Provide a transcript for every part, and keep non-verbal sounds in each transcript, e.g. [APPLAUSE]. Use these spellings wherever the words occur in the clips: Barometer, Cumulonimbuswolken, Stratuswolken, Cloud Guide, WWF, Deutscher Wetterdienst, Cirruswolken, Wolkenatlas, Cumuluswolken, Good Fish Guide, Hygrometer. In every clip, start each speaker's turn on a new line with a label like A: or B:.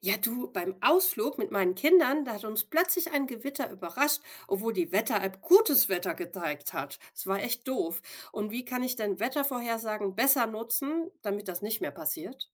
A: Ja, du, beim Ausflug mit meinen Kindern, da hat uns plötzlich ein Gewitter überrascht, obwohl die Wetter-App gutes Wetter gezeigt hat. Es war echt doof. Und wie kann ich denn Wettervorhersagen besser nutzen, damit das nicht mehr passiert?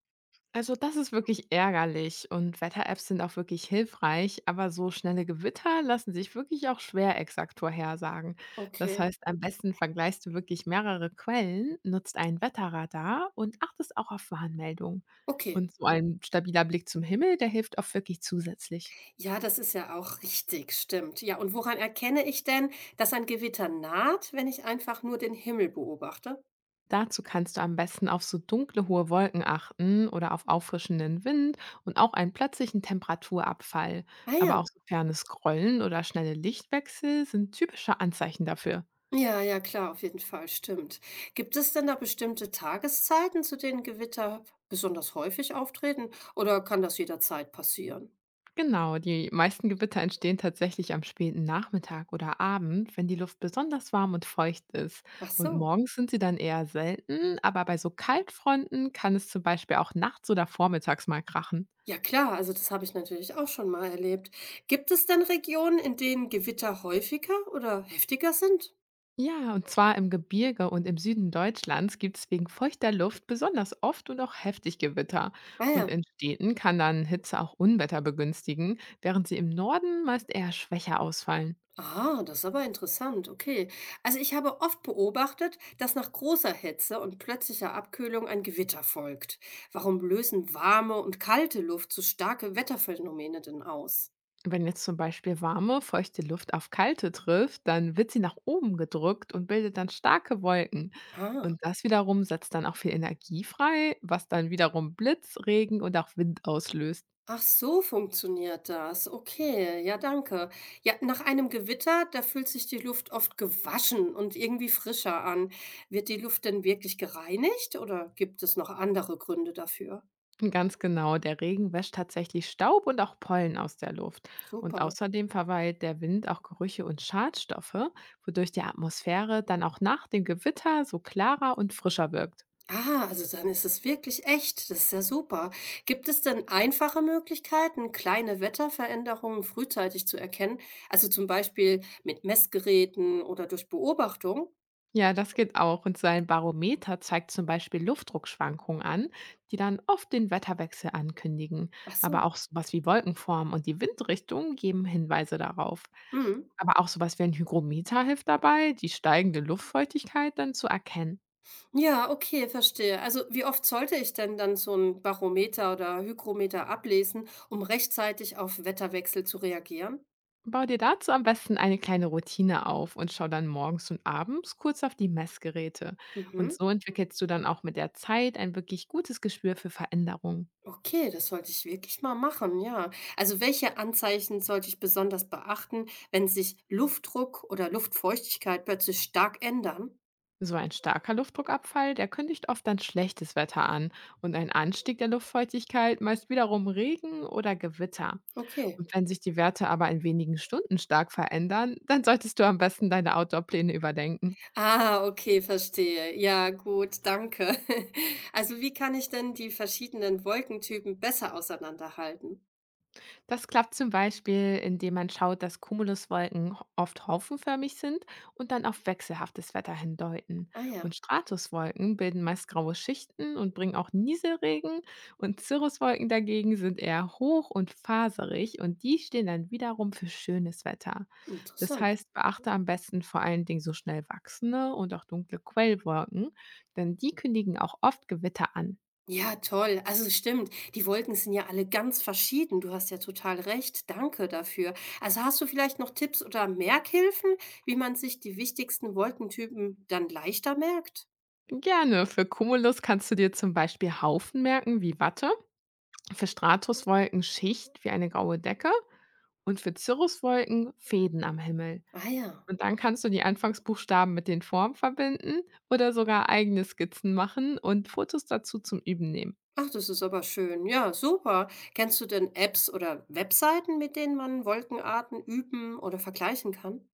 B: Also, das ist wirklich ärgerlich und Wetter-Apps sind auch wirklich hilfreich, aber so schnelle Gewitter lassen sich wirklich auch schwer exakt vorhersagen. Das
A: Okay.
B: heißt, am besten vergleichst du wirklich mehrere Quellen, nutzt ein Wetterradar und achtest auch auf Warnmeldungen.
A: Okay.
B: Und so ein stabiler Blick zum Himmel, der hilft auch wirklich zusätzlich.
A: Ja, das ist ja auch richtig, stimmt. Ja, und woran erkenne ich denn, dass ein Gewitter naht, wenn ich einfach nur den Himmel beobachte?
B: Dazu kannst du am besten auf so dunkle hohe Wolken achten oder auf auffrischenden Wind und auch einen plötzlichen Temperaturabfall.
A: Ah
B: Aber
A: ja.
B: auch so fernes Grollen oder schnelle Lichtwechsel sind typische Anzeichen dafür.
A: Ja, ja, klar, auf jeden Fall, stimmt. Gibt es denn da bestimmte Tageszeiten, zu denen Gewitter besonders häufig auftreten, oder kann das jederzeit passieren?
B: Genau, die meisten Gewitter entstehen tatsächlich am späten Nachmittag oder Abend, wenn die Luft besonders warm und feucht ist.
A: Ach
B: Und
A: so.
B: morgens sind sie dann eher selten, aber bei so Kaltfronten kann es zum Beispiel auch nachts oder vormittags mal krachen.
A: Ja, klar, also das habe ich natürlich auch schon mal erlebt. Gibt es denn Regionen, in denen Gewitter häufiger oder heftiger sind?
B: Ja, und zwar im Gebirge und im Süden Deutschlands gibt es wegen feuchter Luft besonders oft und auch heftig Gewitter.
A: Ah
B: Und
A: ja.
B: in Städten kann dann Hitze auch Unwetter begünstigen, während sie im Norden meist eher schwächer ausfallen.
A: Ah, das ist aber interessant, okay. Also ich habe oft beobachtet, dass nach großer Hitze und plötzlicher Abkühlung ein Gewitter folgt. Warum lösen warme und kalte Luft so starke Wetterphänomene denn aus?
B: Wenn jetzt zum Beispiel warme, feuchte Luft auf kalte trifft, dann wird sie nach oben gedrückt und bildet dann starke Wolken.
A: Ah,
B: Und das wiederum setzt dann auch viel Energie frei, was dann wiederum Blitz, Regen und auch Wind auslöst.
A: ach so funktioniert das. Okay, ja, danke. Ja, nach einem Gewitter, da fühlt sich die Luft oft gewaschen und irgendwie frischer an. Wird die Luft denn wirklich gereinigt oder gibt es noch andere Gründe dafür?
B: Ganz genau, der Regen wäscht tatsächlich Staub und auch Pollen aus der Luft. Und
A: Super.
B: außerdem verweilt der Wind auch Gerüche und Schadstoffe, wodurch die Atmosphäre dann auch nach dem Gewitter so klarer und frischer wirkt.
A: Ah, also dann ist es wirklich echt. Das ist ja super. Gibt es denn einfache Möglichkeiten, kleine Wetterveränderungen frühzeitig zu erkennen? Also zum Beispiel mit Messgeräten oder durch Beobachtung?
B: Ja, das geht auch. Und sein Barometer zeigt zum Beispiel Luftdruckschwankungen an, die dann oft den Wetterwechsel ankündigen.
A: Ach
B: Aber
A: so.
B: auch sowas wie Wolkenform und die Windrichtung geben Hinweise darauf.
A: Mhm.
B: Aber auch sowas wie ein Hygrometer hilft dabei, die steigende Luftfeuchtigkeit dann zu erkennen.
A: Ja, okay, verstehe. Also wie oft sollte ich denn dann so ein Barometer oder Hygrometer ablesen, um rechtzeitig auf Wetterwechsel zu reagieren?
B: Bau dir dazu am besten eine kleine Routine auf und schau dann morgens und abends kurz auf die Messgeräte. Und
A: Mhm.
B: so entwickelst du dann auch mit der Zeit ein wirklich gutes Gespür für Veränderungen.
A: Okay, das sollte ich wirklich mal machen, ja. Also welche Anzeichen sollte ich besonders beachten, wenn sich Luftdruck oder Luftfeuchtigkeit plötzlich stark ändern?
B: So ein starker Luftdruckabfall, der kündigt oft dann schlechtes Wetter an und ein Anstieg der Luftfeuchtigkeit meist wiederum Regen oder Gewitter.
A: Okay.
B: Und wenn sich die Werte aber in wenigen Stunden stark verändern, dann solltest du am besten deine Outdoor-Pläne überdenken.
A: Ah, okay, verstehe. Ja, gut, danke. [LAUGHS] Also wie kann ich denn die verschiedenen Wolkentypen besser auseinanderhalten?
B: Das klappt zum Beispiel, indem man schaut, dass Cumuluswolken oft haufenförmig sind und dann auf wechselhaftes Wetter hindeuten.
A: Ah
B: Und
A: ja,
B: Stratuswolken bilden meist graue Schichten und bringen auch Nieselregen. Und Cirruswolken dagegen sind eher hoch und faserig und die stehen dann wiederum für schönes Wetter. Das
A: interessant.
B: heißt, beachte am besten vor allen Dingen so schnell wachsende und auch dunkle Quellwolken, denn die kündigen auch oft Gewitter an.
A: Ja, toll. Also stimmt, die Wolken sind ja alle ganz verschieden. Du hast ja total recht. Danke dafür. Also hast du vielleicht noch Tipps oder Merkhilfen, wie man sich die wichtigsten Wolkentypen dann leichter merkt?
B: Gerne. Für Cumulus kannst du dir zum Beispiel Haufen merken wie Watte. Für Stratuswolken Schicht wie eine graue Decke und für Cirruswolken Fäden am Himmel.
A: Ah ja.
B: Und dann kannst du die Anfangsbuchstaben mit den Formen verbinden oder sogar eigene Skizzen machen und Fotos dazu zum Üben nehmen.
A: Ach, das ist aber schön. Ja, super. Kennst du denn Apps oder Webseiten, mit denen man Wolkenarten üben oder vergleichen kann?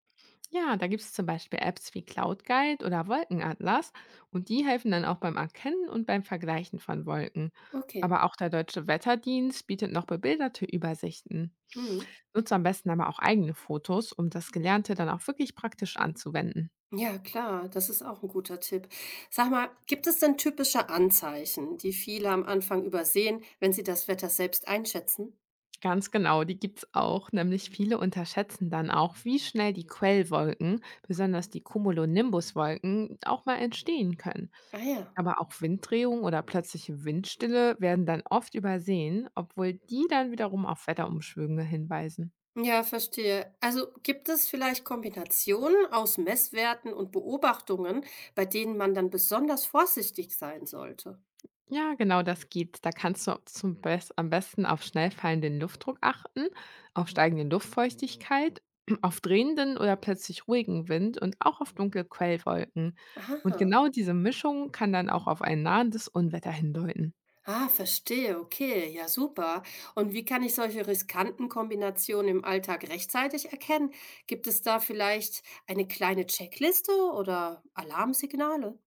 B: Ja, da gibt es zum Beispiel Apps wie Cloud Guide oder Wolkenatlas und die helfen dann auch beim Erkennen und beim Vergleichen von Wolken.
A: Okay.
B: Aber auch der Deutsche Wetterdienst bietet noch bebilderte Übersichten.
A: Mhm.
B: Nutze am besten aber auch eigene Fotos, um das Gelernte dann auch wirklich praktisch anzuwenden.
A: Ja, klar, das ist auch ein guter Tipp. Sag mal, gibt es denn typische Anzeichen, die viele am Anfang übersehen, wenn sie das Wetter selbst einschätzen?
B: Ganz genau, die gibt's auch. Nämlich viele unterschätzen dann auch, wie schnell die Quellwolken, besonders die Cumulonimbuswolken, auch mal entstehen können.
A: Ah ja.
B: Aber auch Winddrehungen oder plötzliche Windstille werden dann oft übersehen, obwohl die dann wiederum auf Wetterumschwünge hinweisen.
A: Ja, verstehe. Also gibt es vielleicht Kombinationen aus Messwerten und Beobachtungen, bei denen man dann besonders vorsichtig sein sollte?
B: Ja, genau, das geht. Da kannst du zum bess am besten auf schnell fallenden Luftdruck achten, auf steigende Luftfeuchtigkeit, [CLEARS THROAT] auf drehenden oder plötzlich ruhigen Wind und auch auf dunkle Quellwolken. Und
A: Aha.
B: genau diese Mischung kann dann auch auf ein nahendes Unwetter hindeuten.
A: Ah, verstehe, okay, ja super. Und wie kann ich solche riskanten Kombinationen im Alltag rechtzeitig erkennen? Gibt es da vielleicht eine kleine Checkliste oder Alarmsignale?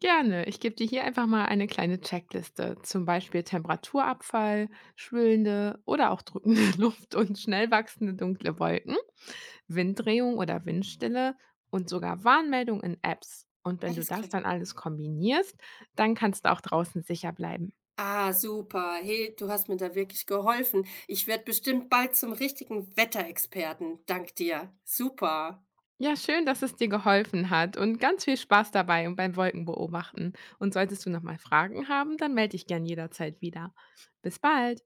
B: Gerne. Ich gebe dir hier einfach mal eine kleine Checkliste, zum Beispiel Temperaturabfall, schwülende oder auch drückende [LAUGHS] Luft und schnell wachsende dunkle Wolken. Winddrehung oder Windstille und sogar Warnmeldung in Apps. Und wenn du
A: Alles
B: das
A: klar.
B: dann alles kombinierst, dann kannst du auch draußen sicher bleiben.
A: Ah, super. Hey, du hast mir da wirklich geholfen. Ich werde bestimmt bald zum richtigen Wetterexperten. Dank dir. Super.
B: Ja, schön, dass es dir geholfen hat und ganz viel Spaß dabei und beim Wolkenbeobachten. Und solltest du nochmal Fragen haben, dann melde dich gern jederzeit wieder. Bis bald!